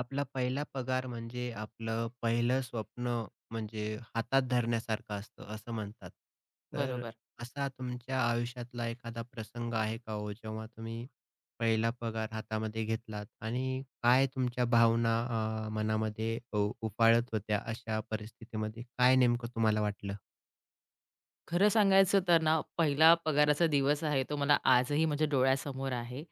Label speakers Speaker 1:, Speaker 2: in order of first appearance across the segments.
Speaker 1: आपला पहिला पगार म्हणजे आपलं पहिलं स्वप्न म्हणजे हातात धरण्यासारखं असतं असं म्हणतात. तर
Speaker 2: बरोबर.
Speaker 1: असा तुमच्या आयुष्यातला एखादा प्रसंग आहे का हो, जेव्हा तुम्ही पहिला पगार हातामध्ये घेतलात आणि काय तुमच्या भावना मनामध्ये उफाळत होत्या अशा परिस्थितीमध्ये? काय नेमकं तुम्हाला वाटलं?
Speaker 2: खरं सांगायचं तर ना, पहिला पगाराचा दिवस आहे तो मला आजही माझ्या डोळ्यासमोर आहे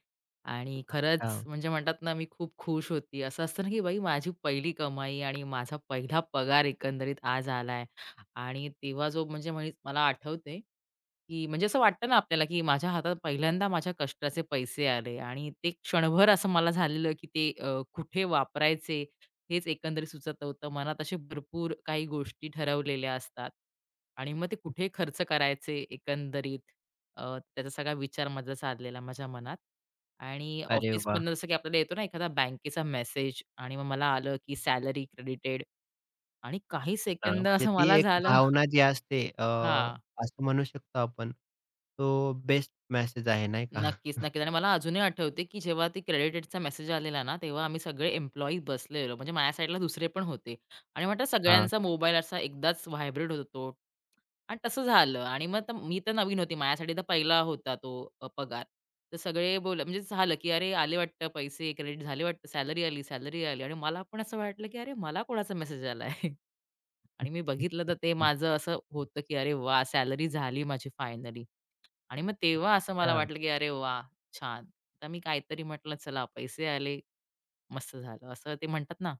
Speaker 2: आणि खरंच
Speaker 1: अच्छा.
Speaker 2: म्हणजे म्हणतात ना, मी खूप खुश होती. असं असतं ना, की बाई माझी पहिली कमाई आणि माझा पहिला पगार एकंदरीत आज आलाय. आणि तेव्हा जो म्हणजे म्हण मला आठवते की म्हणजे असं वाटतं ना आपल्याला, की माझ्या हातात पहिल्यांदा माझ्या कष्टाचे पैसे आले आणि ते क्षणभर असं मला झालेलं, की ते कुठे वापरायचे हेच एकंदरीत सुचत नव्हतं. मनात असे भरपूर काही गोष्टी ठरवलेल्या असतात आणि मग ते कुठे खर्च करायचे एकंदरीत, त्याचा सगळा विचार माझा चाललेला माझ्या मनात. आणि
Speaker 1: अरे वाह!
Speaker 2: ऑफिसमधनं जसं की आपल्याला येतो ना एखादा बँकेचा मेसेज आणि मग मला आलं, की सॅलरी क्रेडिटेड. आणि काही
Speaker 1: हां,
Speaker 2: सेकंद
Speaker 1: म्हणजे
Speaker 2: असं
Speaker 1: ती
Speaker 2: मला
Speaker 1: एक
Speaker 2: झालं.
Speaker 1: भावना जी असते
Speaker 2: हां.
Speaker 1: असं म्हणू शकतो आपण, तो बेस्ट मेसेज आहे नाही का?
Speaker 2: नक्कीच, नक्कीच. आणि मला अजूनही आठवते, की जेव्हा ते क्रेडिटेडचा मेसेज आलेला ना, तेव्हा आम्ही सगळे एम्प्लॉयी बसलेलो. म्हणजे माझ्या साईडला दुसरे पण होते आणि म्हटलं
Speaker 1: हां.
Speaker 2: सगळ्यांचा मोबाईल असा एकदाच व्हायब्रेट होत होतो. आणि तसं झालं आणि मग तर मी तर नवीन होती. माझ्यासाठी तर पहिला होता तो पगार. तर सगळे म्हणजे झालं, की "अरे, आले वाटतं पैसे क्रेडिट झाले वाटतं. सॅलरी आली, सॅलरी आली." आणि मला पण असं वाटलं, की "अरे, मला कोणाचा मेसेज आलाय?" आणि मी बघितलं तर ते माझं असं होतं, की "अरे वाह! सॅलरी झाली माझी फायनली." आणि मग तेव्हा असं मला
Speaker 1: हां.
Speaker 2: वाटलं, की "अरे वा, छान." तर मी काहीतरी म्हटलं, "चला पैसे आले, मस्त झालं." असं ते म्हणतात ना,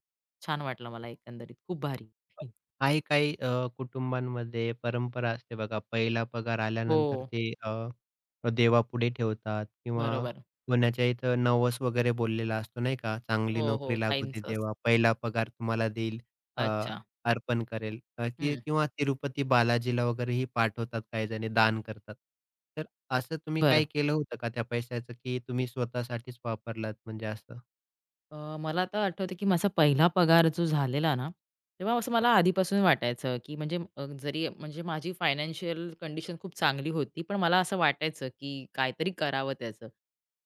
Speaker 2: छान वाटलं मला एकंदरीत. खूप भारी.
Speaker 1: काही-काही कुटुंबांमध्ये परंपरा असते बघा, पहिला पगार आल्यानंतर
Speaker 2: हो,
Speaker 1: ते देवापुढे ठेवतात किंवा
Speaker 2: बरोबर.
Speaker 1: कोणाच्या इथं नवस वगैरे बोललेला असतो नाही का, चांगली
Speaker 2: हो, हो.
Speaker 1: नोकरी लागू दे
Speaker 2: काहींचं असतं.
Speaker 1: देवा, पहिला पगार तुम्हाला देईल अ,
Speaker 2: अच्छा.
Speaker 1: अर्पण करेल की
Speaker 2: हं.
Speaker 1: किंवा तिरुपती बालाजीला वगैरेही पाठवतात काही जणी, दान करतात. तर असं तुम्ही काही केलं होतं का त्या पैशाचं, की तुम्ही स्वतःसाठीच वापरलात म्हणजे असं?
Speaker 2: मला आता आठवतं की माझा पहिला पगार जो झालेला ना, तेव्हा असं मला आधीपासून वाटायचं की म्हणजे जरी म्हणजे माझी फायनान्शियल कंडिशन खूप चांगली होती, पण मला असं वाटायचं की काहीतरी करावं त्याचं.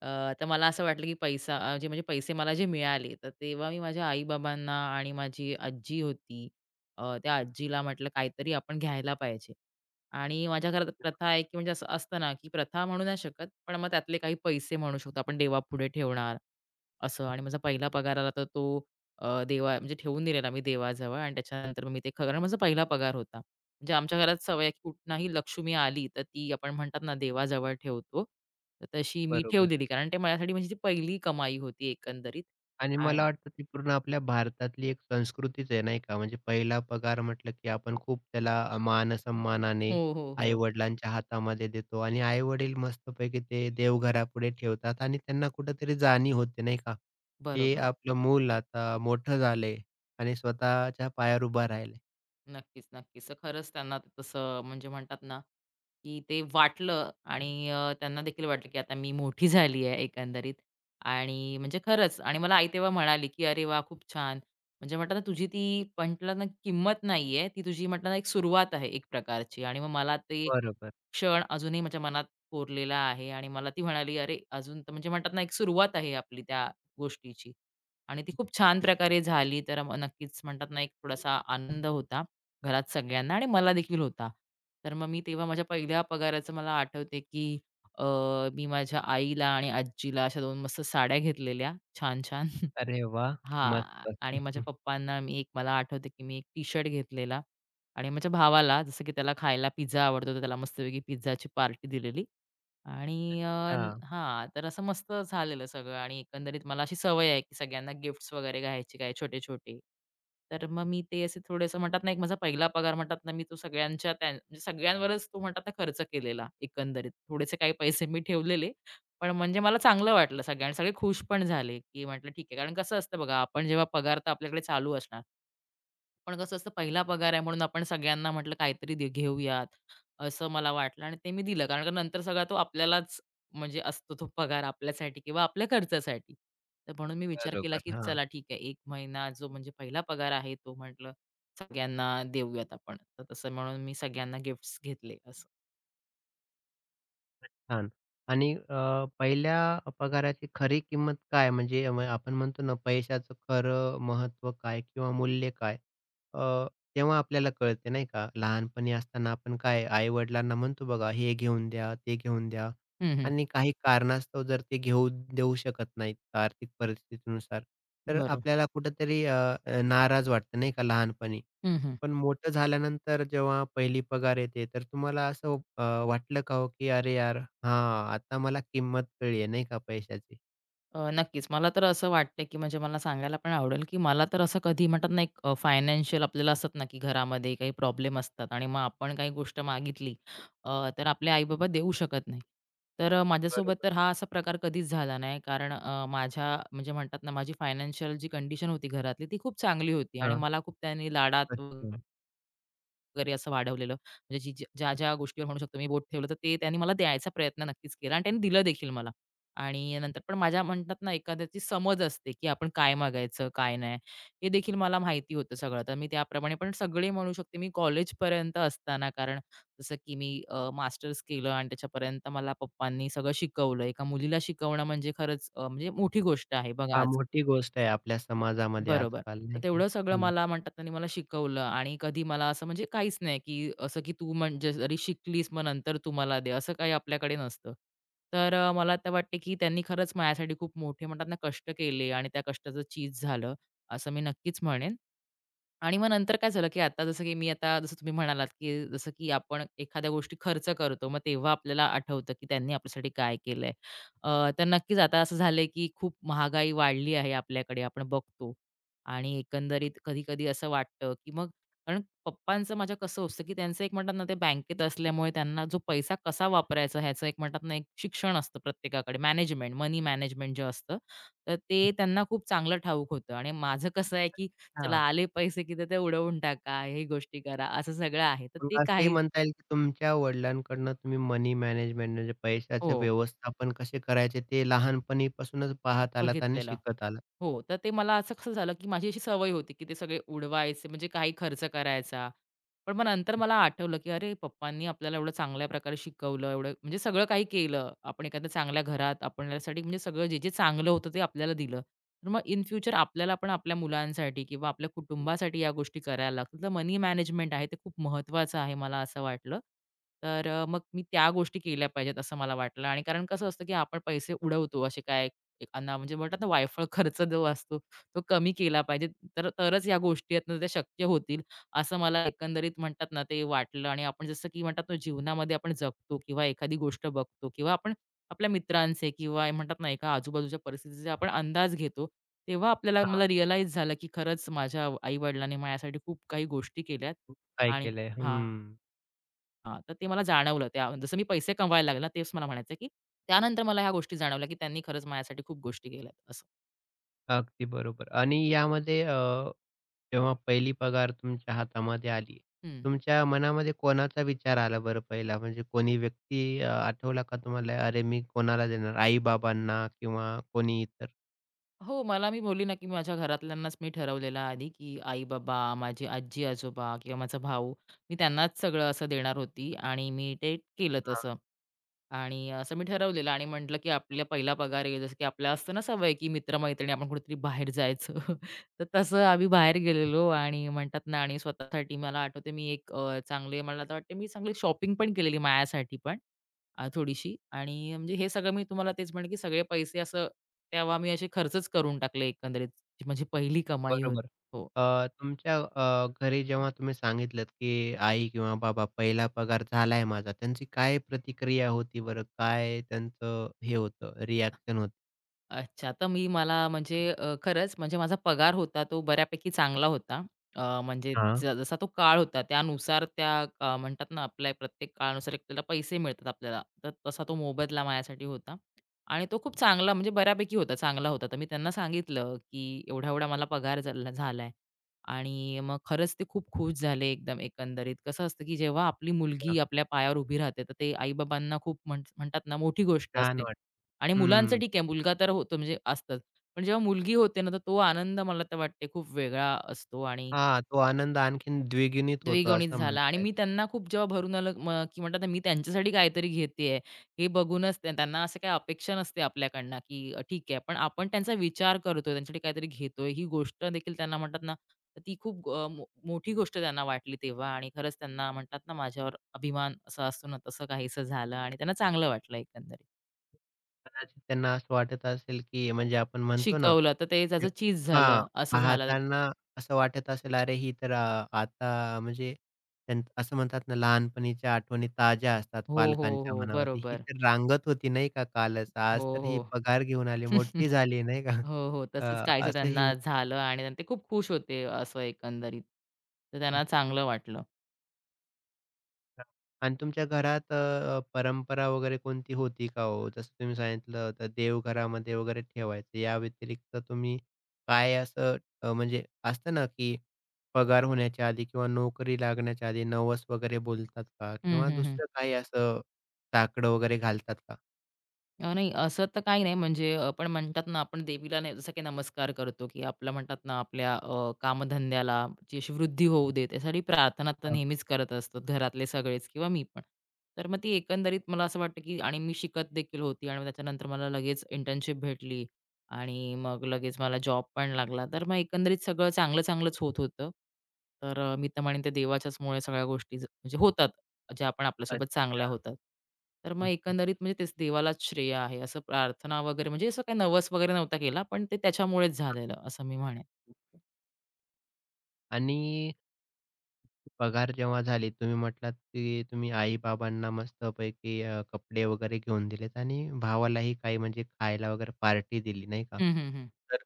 Speaker 2: तर मला असं वाटलं की जे म्हणजे पैसे मला जे मिळाले, तर तेव्हा मी माझ्या आई आणि माझी आजी होती, त्या आजीला म्हटलं काहीतरी आपण घ्यायला पाहिजे. आणि माझ्या घरात प्रथा आहे की म्हणजे असं असतं ना की प्रथा म्हणू नाही शकत, पण मग त्यातले काही पैसे म्हणू शकतो आपण देवापुढे ठेवणार. असं आणि माझा पहिला पगार आला तर तो देवा म्हणजे ठेवून दिलेला मी देवाजवळ आणि त्याच्यानंतर मग मी ते कारण माझा पहिला पगार होता. म्हणजे आमच्या घरात सवय आहे की कुठनंही लक्ष्मी आली तर ती आपण म्हणतात ना देवाजवळ ठेवतो. तर तशी मी
Speaker 1: बरोबर.
Speaker 2: ठेवलेली कारण ते माझ्यासाठी म्हणजे ती पहिली कमाई होती एकंदरीत.
Speaker 1: आणि
Speaker 2: आणि
Speaker 1: मला वाटतं ती पूर्ण आपल्या भारतातली एक संस्कृतीच आहे नाही का? म्हणजे पहिला पगार म्हटलं की आपण खूप त्याला मान-सन्मानाने
Speaker 2: हो, हो, हो.
Speaker 1: आई-वडिलांच्या हातामध्ये देतो आणि आई-वडील मस्तपैकी ते देवघरापुढे ठेवतात आणि त्यांना कुठेतरी जाणीव होते नाही का? की
Speaker 2: बरोबर.
Speaker 1: आपलं मूल आता मोठं झालंय आणि स्वतःच्या पायावर उभं राहिलंय.
Speaker 2: नक्कीच, नक्कीच. तर खरंच त्यांना ते तसं म्हणजे म्हणतात ना, की ते वाटलं आणि त्यांना देखील वाटलं, की आता मी मोठी झाली आहे एकंदरीत. आणि म्हणजे खरंच आणि मला आई तेव्हा म्हणाली, की "अरे वाह! खूप छान." म्हणजे म्हटलं ना, तुझी ती म्हटलं ना, किंमत नाही ती तुझी म्हटलं ना, एक सुरुवात आहे एक प्रकारची आणि मग मला ते
Speaker 1: बरोबर.
Speaker 2: क्षण अजूनही माझ्या मनात कोरलेला आहे. आणि मला ती म्हणाली, "अरे, अजून तर म्हणजे म्हणतात ना, एक सुरुवात आहे आपली त्या गोष्टीची." आणि ती खूप छान प्रकारे झाली. तर मग नक्कीच म्हणतात ना, एक थोडासा आनंद होता घरात सगळ्यांना आणि मला देखील होता. तर मग मी तेव्हा माझ्या पहिल्या पगाराचं मला आठवते की अ, मी माझ्या आईला आणि आजीला अशा 2 मस्त साड्या घेतलेल्या छान-छान.
Speaker 1: अरे वाह!
Speaker 2: हां.
Speaker 1: मस्त.
Speaker 2: आणि माझ्या पप्पांना मी एक मला आठवते की मी एक टी-शर्ट घेतलेला. आणि माझ्या भावाला जसं की त्याला खायला पिझ्झा आवडतो, तर त्याला मस्तपैकी पिझ्झाची पार्टी दिलेली. आणि
Speaker 1: हां,
Speaker 2: हां, तर असं मस्त झालेलं सगळं आणि एकंदरीत मला अशी सवय आहे, की सगळ्यांना गिफ्ट्स वगैरे घ्यायचे काय छोटे-छोटे. तर मग मी ते असे थोडेसं म्हणतात ना, एक माझा पहिला पगार म्हणतात ना, मी तो सगळ्यांच्या त्या म्हणजे सगळ्यांवरच तो म्हणतात ना, खर्च केलेला एकंदरीत. थोडेसे काही पैसे मी ठेवलेले, पण म्हणजे मला चांगलं वाटलं सगळ्यांना. सगळे खुश पण झाले, की म्हटलं ठीक आहे. कारण कसं असतं बघा, आपण जेव्हा पगार तर आपल्याकडे चालू असणार. पण कसं असतं पहिला पगार आहे म्हणून आपण सगळ्यांना म्हटलं काहीतरी घेऊयात, असं मला वाटलं आणि ते मी दिलं. कारण नंतर सगळा तो आपल्यालाच म्हणजे असतो तो पगार आपल्यासाठी किंवा आपल्या खर्चासाठी. तर म्हणून मी विचार केला,
Speaker 1: बरोबर.
Speaker 2: की
Speaker 1: हां.
Speaker 2: चला ठीक आहे 1 महिना जो म्हणजे पहिला पगार आहे तो म्हटलं सगळ्यांना देऊयात आपण. तर तसं म्हणून मी सगळ्यांना गिफ्ट्स घेतले असं.
Speaker 1: छान. आणि पहिल्या पगाराची खरी किंमत काय? म्हणजे आपण म्हणतो ना, पैशाचं खरं महत्त्व काय किंवा मूल्य काय? अ, तेव्हा आपल्याला कळते नाही का? लहानपणी असताना आपण काय आई-वडिलांना म्हणतो बघा, हे घेऊन द्या, ते घेऊन द्या
Speaker 2: हं, हं.
Speaker 1: आणि काही कारणास्तव जर ते घेऊ देऊ शकत नाहीत आर्थिक परिस्थितीनुसार, तर
Speaker 2: बरोबर.
Speaker 1: आपल्याला कुठेतरी अ, अ, नाराज वाटतं नाही का लहानपणी?
Speaker 2: हं, हं.
Speaker 1: पण मोठं झाल्यानंतर जेव्हा पहिली पगार येते, तर तुम्हाला असं वाटलं का हो, की "अरे यार, हां, आता मला किंमत कळली आहे नाही का पैशाची."
Speaker 2: नक्कीच. मला तर असं वाटतं, की म्हणजे मला सांगायला पण आवडेल, की मला तर असं कधी म्हणतात ना, एक फायनान्शियल आपल्याला असतात ना, की घरामध्ये काही प्रॉब्लेम असतात आणि मग आपण काही गोष्ट मागितली, तर आपले आई-बाबा देऊ शकत नाही. तर माझ्यासोबत
Speaker 1: बरोबर.
Speaker 2: तर हा असा प्रकार कधीच झाला नाही. कारण माझ्या म्हणजे म्हणतात ना, माझी फायनान्शियल जी कंडिशन होती घरातली, ती खूप चांगली होती आणि
Speaker 1: हां,
Speaker 2: मला खूप त्यांनी लाडात
Speaker 1: अच्छा.
Speaker 2: वगैरे असं वाढवलेलं. म्हणजे जी जी ज्या-ज्या गोष्टीवर म्हणू शकतो मी बोट ठेवलं, तर ते त्यांनी मला द्यायचा प्रयत्न नक्कीच केला आणि त्यांनी दिलं देखील मला. आणि नंतर पण माझ्या म्हणतात ना, एखाद्याची समज असते, की आपण काय मागायचं, काय नाही, हे देखील मला माहिती होतं सगळं. तर मी त्याप्रमाणे पण सगळे म्हणू शकते मी कॉलेजपर्यंत असताना कारण जसं की मी मास्टर्स केलं आणि त्याच्यापर्यंत मला पप्पांनी सगळं शिकवलं. एका मुलीला शिकवणं म्हणजे खरंच म्हणजे मोठी गोष्ट आहे बघा.
Speaker 1: हां, मोठी गोष्ट आहे आपल्या समाजामध्ये
Speaker 2: बरोबर.
Speaker 1: आजकाल
Speaker 2: तर
Speaker 1: नाही का?
Speaker 2: तेवढं सगळं
Speaker 1: हं.
Speaker 2: मला म्हणतात त्यांनी मला शिकवलं आणि कधी मला असं म्हणजे काहीच नाही, की असं की तू म्हणजे जरी शिकलीस मग नंतर तू दे, असं काही आपल्याकडे नसतं. तर मला तर वाटते की त्यांनी खरंच माझ्यासाठी खूप मोठे म्हणतात ना, कष्ट केले आणि त्या कष्टाचं चीज झालं, असं मी नक्कीच म्हणेन. आणि मग नंतर काय झालं, की आता जसं की मी आता जसं तुम्ही म्हणालात, की जसं की आपण एखाद्या गोष्टी खर्च करतो, मग तेव्हा आपल्याला आठवतं, की त्यांनी आपल्यासाठी काय केलंय. तर नक्कीच आता असं झालंय, की खूप महागाई वाढली आहे आपल्याकडे, आपण बघतो. आणि एकंदरीत कधी-कधी असं वाटतं, की मग कारण पप्पांचं माझ्या कसं असतं, की त्यांचं एक म्हणतात ना, ते बँकेत असल्यामुळे त्यांना जो पैसा कसा वापरायचा ह्याचं एक म्हणतात ना, एक शिक्षण असतं प्रत्येकाकडे, मॅनेजमेंट, मनी मॅनेजमेंट जे असतं, तर ते त्यांना खूप चांगलं ठाऊक होतं. आणि माझं कसं आहे, की चला
Speaker 1: हां,
Speaker 2: आले पैसे, की तर ते उडवून टाका, हे गोष्टी करा, असं सगळं आहे. तर
Speaker 1: मग
Speaker 2: ते
Speaker 1: असंही
Speaker 2: काही.
Speaker 1: म्हणता येईल, की तुमच्या वडिलांकडनं तुम्ही मनी मॅनेजमेंट म्हणजे
Speaker 2: हो.
Speaker 1: पैशाचे व्यवस्थापन कसे करायचे ते लहानपणीपासूनच पाहत आलात आणि
Speaker 2: बघितलेलं.
Speaker 1: शिकत आलात.
Speaker 2: हो, तर ते मला असं कसं झालं, की माझी अशी सवय होती, की ते सगळे उडवायचे म्हणजे काही खर्च करायचा. पण मग नंतर मला आठवलं, की अरे पप्पांनी आपल्याला एवढं चांगल्या प्रकारे शिकवलं, एवढं म्हणजे सगळं काही केलं. आपण एखाद्या चांगल्या घरात आपल्यासाठी म्हणजे सगळं जे जे चांगलं होतं ते आपल्याला दिलं. तर मग इन फ्युचर आपल्याला पण आपल्या मुलांसाठी किंवा आपल्या कुटुंबासाठी या गोष्टी करायला लागतील. तर मनी मॅनेजमेंट आहे ते खूप महत्त्वाचं आहे मला असं वाटलं. तर मग मी त्या गोष्टी केल्या पाहिजेत असं मला वाटलं आणि कारण कसं असतं, की आपण पैसे उडवतो असे काय एक अन्ना म्हणजे म्हणतात ना वायफळ खर्च जो असतो तो कमी केला पाहिजे. तर तरच या गोष्टी आहेत ना त्या शक्य होतील, असं मला एकंदरीत म्हणतात ना ते वाटलं. आणि आपण जसं की म्हणतात ना जीवनामध्ये आपण जगतो किंवा एखादी गोष्ट बघतो किंवा आपण आपल्या मित्रांचे किंवा म्हणतात ना एका आजूबाजूच्या परिस्थितीचे आपण अंदाज घेतो. तेव्हा आपल्याला
Speaker 1: हां,
Speaker 2: मला रिअलाईज झालं की खरंच माझ्या आई-वडिलांनी माझ्यासाठी खूप काही गोष्टी केल्यात.
Speaker 1: काय
Speaker 2: आणि
Speaker 1: केलंय?
Speaker 2: हां.
Speaker 1: हं,
Speaker 2: हां, तर ते मला जाणवलं त्या जसं मी पैसे कमवायला लागले ना, तेच मला म्हणायचं की त्यानंतर मला ह्या गोष्टी जाणवल्या, की त्यांनी खरंच माझ्यासाठी खूप गोष्टी केल्यात असं.
Speaker 1: अगदी बरोबर आणि यामध्ये तेव्हा पहिली पगार तुमच्या हातामध्ये आली.
Speaker 2: हं.
Speaker 1: तुमच्या मनामध्ये कोणाचा विचार आला बरं पहिला? म्हणजे कोणी व्यक्ती आठवला का तुम्हाला? अरे, मी कोणाला देणार? आई-बाबांना किंवा कोणी इतर?
Speaker 2: हो, मी बोलली ना, की माझ्या घरातल्यांनाच मी ठरवलेलं आधी, की आई-बाबा, माझी आजी-आजोबा किंवा माझा भाऊ, मी त्यांनाच सगळं असं देणार होती आणि मी ते केलं
Speaker 1: हां,
Speaker 2: तसं. आणि असं मी ठरवलेलं आणि म्हटलं, की आपला पहिला पगार आहे, जसं की आपल्याला असतं ना सवय, की मित्र आपण कुठेतरी बाहेर जायचं. तर तसं आम्ही बाहेर गेलेलो आणि म्हणतात ना आणि स्वतःसाठी मला आठवते मी एक चांगले मला तर वाटते मी चांगली शॉपिंग पण केलेली माझ्यासाठी पण थोडीशी. आणि म्हणजे हे सगळं मी तुम्हाला तेच म्हणेन, की सगळे पैसे असं तेव्हा मी असे खर्चच करून टाकले एकंदरीत. जी माझी पहिली कमाई होती.
Speaker 1: बरोबर.
Speaker 2: हो.
Speaker 1: तुमच्या घरी जेव्हा तुम्ही सांगितलत, की आई किंवा बाबा पहिला पगार झालाय माझा, त्यांची काय प्रतिक्रिया होती बरं? काय त्यांचं हे होतं, रिएक्शन होतं?
Speaker 2: अच्छा, तर मला म्हणजे खरंच म्हणजे माझा पगार होता तो बऱ्यापैकी चांगला होता. म्हणजे
Speaker 1: हां.
Speaker 2: जसा तो काळ होता त्यानुसार त्या, म्हणतात ना आपल्या प्रत्येक काळानुसार आपल्याला पैसे मिळतात आपल्याला. तर तसा तो मोबदला माझ्यासाठी होता आणि तो खूप चांगला म्हणजे बऱ्यापैकी होता, चांगला होता. तर मी त्यांना सांगितलं, की एवढा-एवढा मला पगार झालाय. आणि मग खरंच ते खूप खुश झाले एकदम एकंदरीत. कसं असतं, की जेव्हा आपली मुलगी आपल्या पायावर उभी राहते, तर ते आई खूप म्हणतात ना मोठी गोष्ट
Speaker 1: छान
Speaker 2: असते.
Speaker 1: वाटलं.
Speaker 2: आणि मुलांचं
Speaker 1: हं.
Speaker 2: ठीक आहे, मुलगा तर होतो म्हणजे असतंच. पण जेव्हा मुलगी होते ना, तर तो आनंद मला तर वाटते खूप वेगळा असतो आणि
Speaker 1: हां, तो आनंद आणखीन द्विगुणित होतो
Speaker 2: द्विगुणित
Speaker 1: असं
Speaker 2: झाला आणि
Speaker 1: म्हणता येईल.
Speaker 2: मी त्यांना खूप जेव्हा भरून आलं की म्हणतात ना, मी त्यांच्यासाठी काहीतरी घेतेय, हे बघूनच त्यांना असं काही अपेक्षा नसते आपल्याकडनं की ठीक आहे, पण आपण त्यांचा विचार करतोय, त्यांच्यासाठी काहीतरी घेतोय, ही गोष्ट देखील त्यांना म्हणतात ना, तर ती खूप मोठी गोष्ट त्यांना वाटली तेव्हा आणि खरंच त्यांना म्हणतात ना, माझ्यावर अभिमान असा असतो ना, तसं काहीसं झालं आणि त्यांना चांगलं वाटलं एकंदरीत.
Speaker 1: कदाचित त्यांना असं वाटत असेल, की म्हणजे आपण म्हणतो ना
Speaker 2: शिकवलं, तर ते
Speaker 1: जे
Speaker 2: त्याचं चीज
Speaker 1: हां,
Speaker 2: झालं, असं झालं.
Speaker 1: पाहताना असं वाटत असेल, अरे ही तर अ, आता म्हणजे असं म्हणतात ना, लहानपणीच्या आठवणी ताज्या असतात
Speaker 2: हो, हो,
Speaker 1: पालकांच्या
Speaker 2: हो.
Speaker 1: मनामध्ये. ही
Speaker 2: बरोबर.
Speaker 1: तर रांगत होती नाही का कालच,
Speaker 2: हो,
Speaker 1: आज तर ही
Speaker 2: हो.
Speaker 1: पगार घेऊन आली, मोठी झाली नाही का?
Speaker 2: हो, हो.
Speaker 1: अ,
Speaker 2: तसंच काहीसं
Speaker 1: असंही
Speaker 2: त्यांना
Speaker 1: होतं.
Speaker 2: झालं आणि ते खूप खुश होते असं एकंदरीत. तर त्यांना चांगलं वाटलं.
Speaker 1: आणि तुमच्या घरात परंपरा वगैरे कोणती होती का हो? जसं तुम्ही सांगितलं तर देवघरामध्ये वगैरे ठेवायचं. या व्यतिरिक्त तुम्ही काय असं म्हणजे असतं ना, की पगार होण्याच्या आधी किंवा नोकरी लागण्याच्या आधी नवस वगैरे बोलतात का?
Speaker 2: हं,
Speaker 1: किंवा
Speaker 2: हं, हं.
Speaker 1: दुसरं काही असं साकडं वगैरे घालतात का?
Speaker 2: नाही असं तर काही नाही म्हणजे आपण म्हणतात ना आपण देवीला नाही जसं की नमस्कार करतो की आपलं म्हणतात ना आपल्या कामधंद्याला जी अशी वृद्धी होऊ दे त्यासाठी प्रार्थना तर
Speaker 1: हां,
Speaker 2: नेहमीच करत असतात घरातले सगळेच किंवा मी पण. तर मग ती एकंदरीत मला असं वाटतं की आणि मी शिकत देखील होती आणि मग त्याच्यानंतर मला लगेच इंटर्नशिप भेटली आणि मग लगेच मला जॉब पण लागला. तर मग एकंदरीत सगळं चांगलं-चांगलंच होत होतं. तर मी तर म्हणेन ते देवाच्याचमुळे सगळ्या गोष्टी म्हणजे होतात. ज्या पण आपल्यासोबत चांगल्या
Speaker 1: अच्छा.
Speaker 2: होतात. तर मग
Speaker 1: हं.
Speaker 2: एकंदरीत म्हणजे तेच देवालाच श्रेय आहे असं प्रार्थना वगैरे म्हणजे असं काही नवस वगैरे नव्हता केला, पण ते त्याच्यामुळेच झालेलं असं मी म्हणेन.
Speaker 1: आणि पगार जेव्हा झाली तुम्ही म्हटलात, की तुम्ही आई-बाबांना मस्तपैकी कपडे वगैरे घेऊन दिलेत आणि भावालाही काही म्हणजे खायला वगैरे पार्टी दिली नाही का?
Speaker 2: हं, हं, हं.
Speaker 1: तर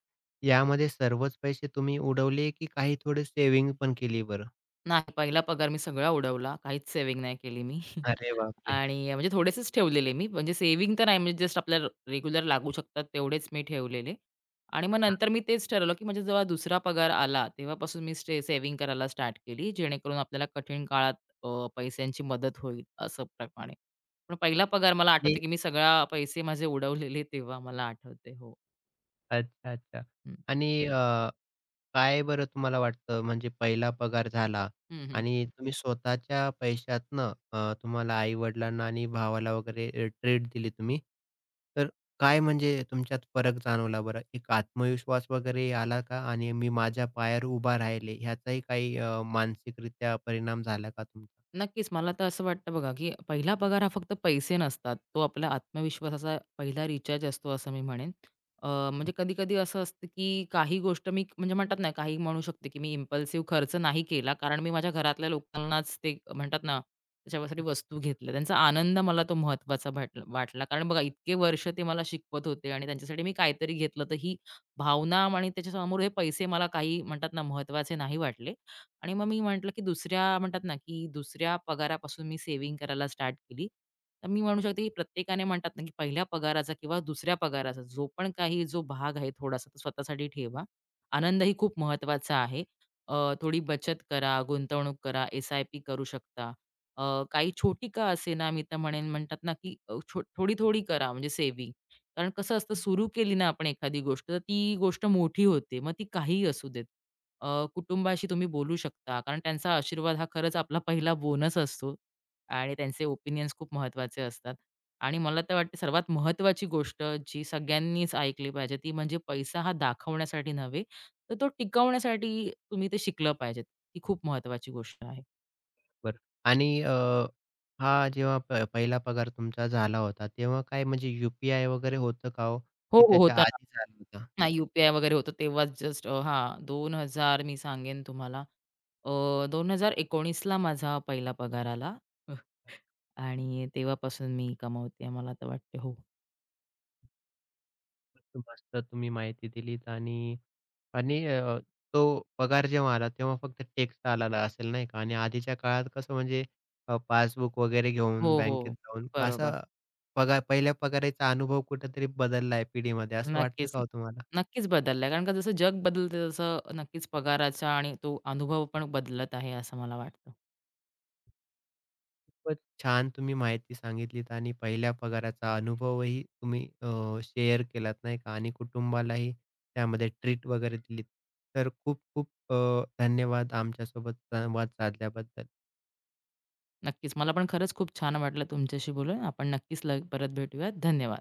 Speaker 1: यामध्ये सर्वच पैसे तुम्ही उडवले, की काही थोडे सेव्हिंग पण केली बरं?
Speaker 2: नाही, पहिला पगार मी सगळा उडवला. काहीच सेव्हिंग नाही केली मी.
Speaker 1: अरे बापरे!
Speaker 2: आणि म्हणजे थोडेसेच ठेवलेले मी, म्हणजे सेव्हिंग तर नाही, म्हणजे जस्ट आपल्याला रेग्युलर लागू शकतात तेवढेच मी ठेवलेले. आणि मग
Speaker 1: हा,
Speaker 2: नंतर मी तेच ठरवलं, की म्हणजे जेव्हा दुसरा पगार आला, तेव्हापासून मी सेव्हिंग करायला स्टार्ट केली, जेणेकरून आपल्याला कठीण काळात पैशांची मदत होईल असं प्रमाणे. पण पहिला पगार मला
Speaker 1: आणि
Speaker 2: आठवतं, की मी सगळा पैसे माझे उडवलेले तेव्हा मला आठवते. हो.
Speaker 1: अच्छा, अच्छा.
Speaker 2: हं.
Speaker 1: आणि काय बरं तुम्हाला वाटतं म्हणजे पहिला पगार झाला
Speaker 2: हं, हं.
Speaker 1: आणि तुम्ही स्वतःच्या पैशातनं तुम्हाला आई-वडिलांना आणि भावाला वगैरे ट्रीट दिली तुम्ही. तर काय म्हणजे तुमच्यात फरक जाणवला बरं? एक आत्मविश्वास वगैरे आला का? आणि मी माझ्या पायावर उभा राहिले ह्याचाही काही मानसिकरित्या परिणाम झाला का तुमच्यावर?
Speaker 2: नक्कीच. मला तर असं वाटतं बघा, की पहिला पगार हा फक्त पैसे नसतात. तो आपला आत्मविश्वासाचा पहिला रिचार्ज असतो असं मी म्हणेन. अ, म्हणजे कधी-कधी असं असतं, की काही गोष्ट मी म्हणजे म्हणतात ना, काही म्हणू शकते, की मी इम्पल्सिव्ह खर्च नाही केला, कारण मी माझ्या घरातल्या लोकांनाच ते म्हणतात ना, त्याच्यासाठी वस्तू घेतल्या. त्यांचा आनंद मला तो महत्त्वाचा वाटला वाटला. कारण बघा इतके वर्ष ते मला शिकवत होते आणि त्यांच्यासाठी मी काहीतरी घेतलं, तर ही भावना आणि त्याच्यासमोर हे पैसे मला काही म्हणतात ना, महत्त्वाचे नाही वाटले. आणि मग मी म्हटलं, की दुसऱ्या म्हणतात ना, की दुसऱ्या पगारापासून मी सेव्हिंग करायला स्टार्ट केली. तर मी म्हणू शकते, की प्रत्येकाने म्हणतात ना, की पहिल्या पगाराचा किंवा दुसऱ्या पगाराचा जो पण काही जो भाग आहे थोडासा तो स्वतःसाठी ठेवा. आनंद ही खूप महत्त्वाचा आहे. अ, थोडी बचत करा, गुंतवणूक करा, एस-आय-पी करू शकता. अ, काही छोटी का असेना मी तर म्हणेन म्हणतात ना, की अ, छो थोडी-थोडी करा म्हणजे सेव्हिंग. कारण कसं असतं सुरू केली ना आपण एखादी गोष्ट, तर ती गोष्ट मोठी होते. मग ती काहीही असू देत. कुटुंबाशी तुम्ही बोलू शकता. कारण त्यांचा आशीर्वाद हा खरंच आपला पहिला बोनस असतो आणि त्यांचे ओपिनियन्स खूप महत्त्वाचे असतात. आणि मला तर वाटते सर्वात महत्त्वाची गोष्ट जी सगळ्यांनीच ऐकली पाहिजे ती म्हणजे पैसा हा दाखवण्यासाठी नव्हे, तर तो टिकवण्यासाठी तुम्ही ते शिकलं पाहिजे. ती खूप महत्त्वाची गोष्ट आहे.
Speaker 1: आणि हा जेव्हा पहिला पगार तुमचा झाला होता, तेव्हा काय म्हणजे यू वगैरे होतं का हो?
Speaker 2: हो,
Speaker 1: की
Speaker 2: हो.
Speaker 1: त्याच्या
Speaker 2: होतं
Speaker 1: आधी झालं होतं?
Speaker 2: नाही यू-पी-आय वगैरे होतं तेव्हाच जस्ट हां, 2000 मी सांगेन तुम्हाला अ, 2019ला माझा पहिला पगार आला आणि तेव्हापासून मी कमावते मला तर वाटते हो.
Speaker 1: मस्त मस्त तुम्ही माहिती दिलीत आणि आणि अ, तो पगार जेव्हा आला तेव्हा फक्त टेक्स्ट आलेला असेल नाही का? आणि आधीच्या काळात कसं म्हणजे पासबुक वगैरे घेऊन
Speaker 2: हो,
Speaker 1: बँकेत
Speaker 2: हो.
Speaker 1: जाऊन असा
Speaker 2: बरोबर.
Speaker 1: पहिल्या पगाराचा अनुभव कुठेतरी बदलला आहे पिढीमध्ये असं वाटतं
Speaker 2: नक्कीच.
Speaker 1: का हो तुम्हाला?
Speaker 2: नक्कीच बदलला कारण का जसं जग बदलते तसं नक्कीच पगाराचा आणि तो अनुभव पण बदलत आहे असं मला वाटतं.
Speaker 1: खूपच छान तुम्ही माहिती सांगितलीत आणि पहिल्या पगाराचा अनुभवही तुम्ही शेअर केलात नाही का? आणि कुटुंबालाही त्यामध्ये ट्रीट वगैरे दिलीत. तर खूप खूप धन्यवाद आमच्यासोबत संवाद साधल्याबद्दल.
Speaker 2: नक्कीच. मला पण खरंच खूप छान वाटलं तुमच्याशी बोलून. आपण नक्कीच परत भेटूयात. धन्यवाद.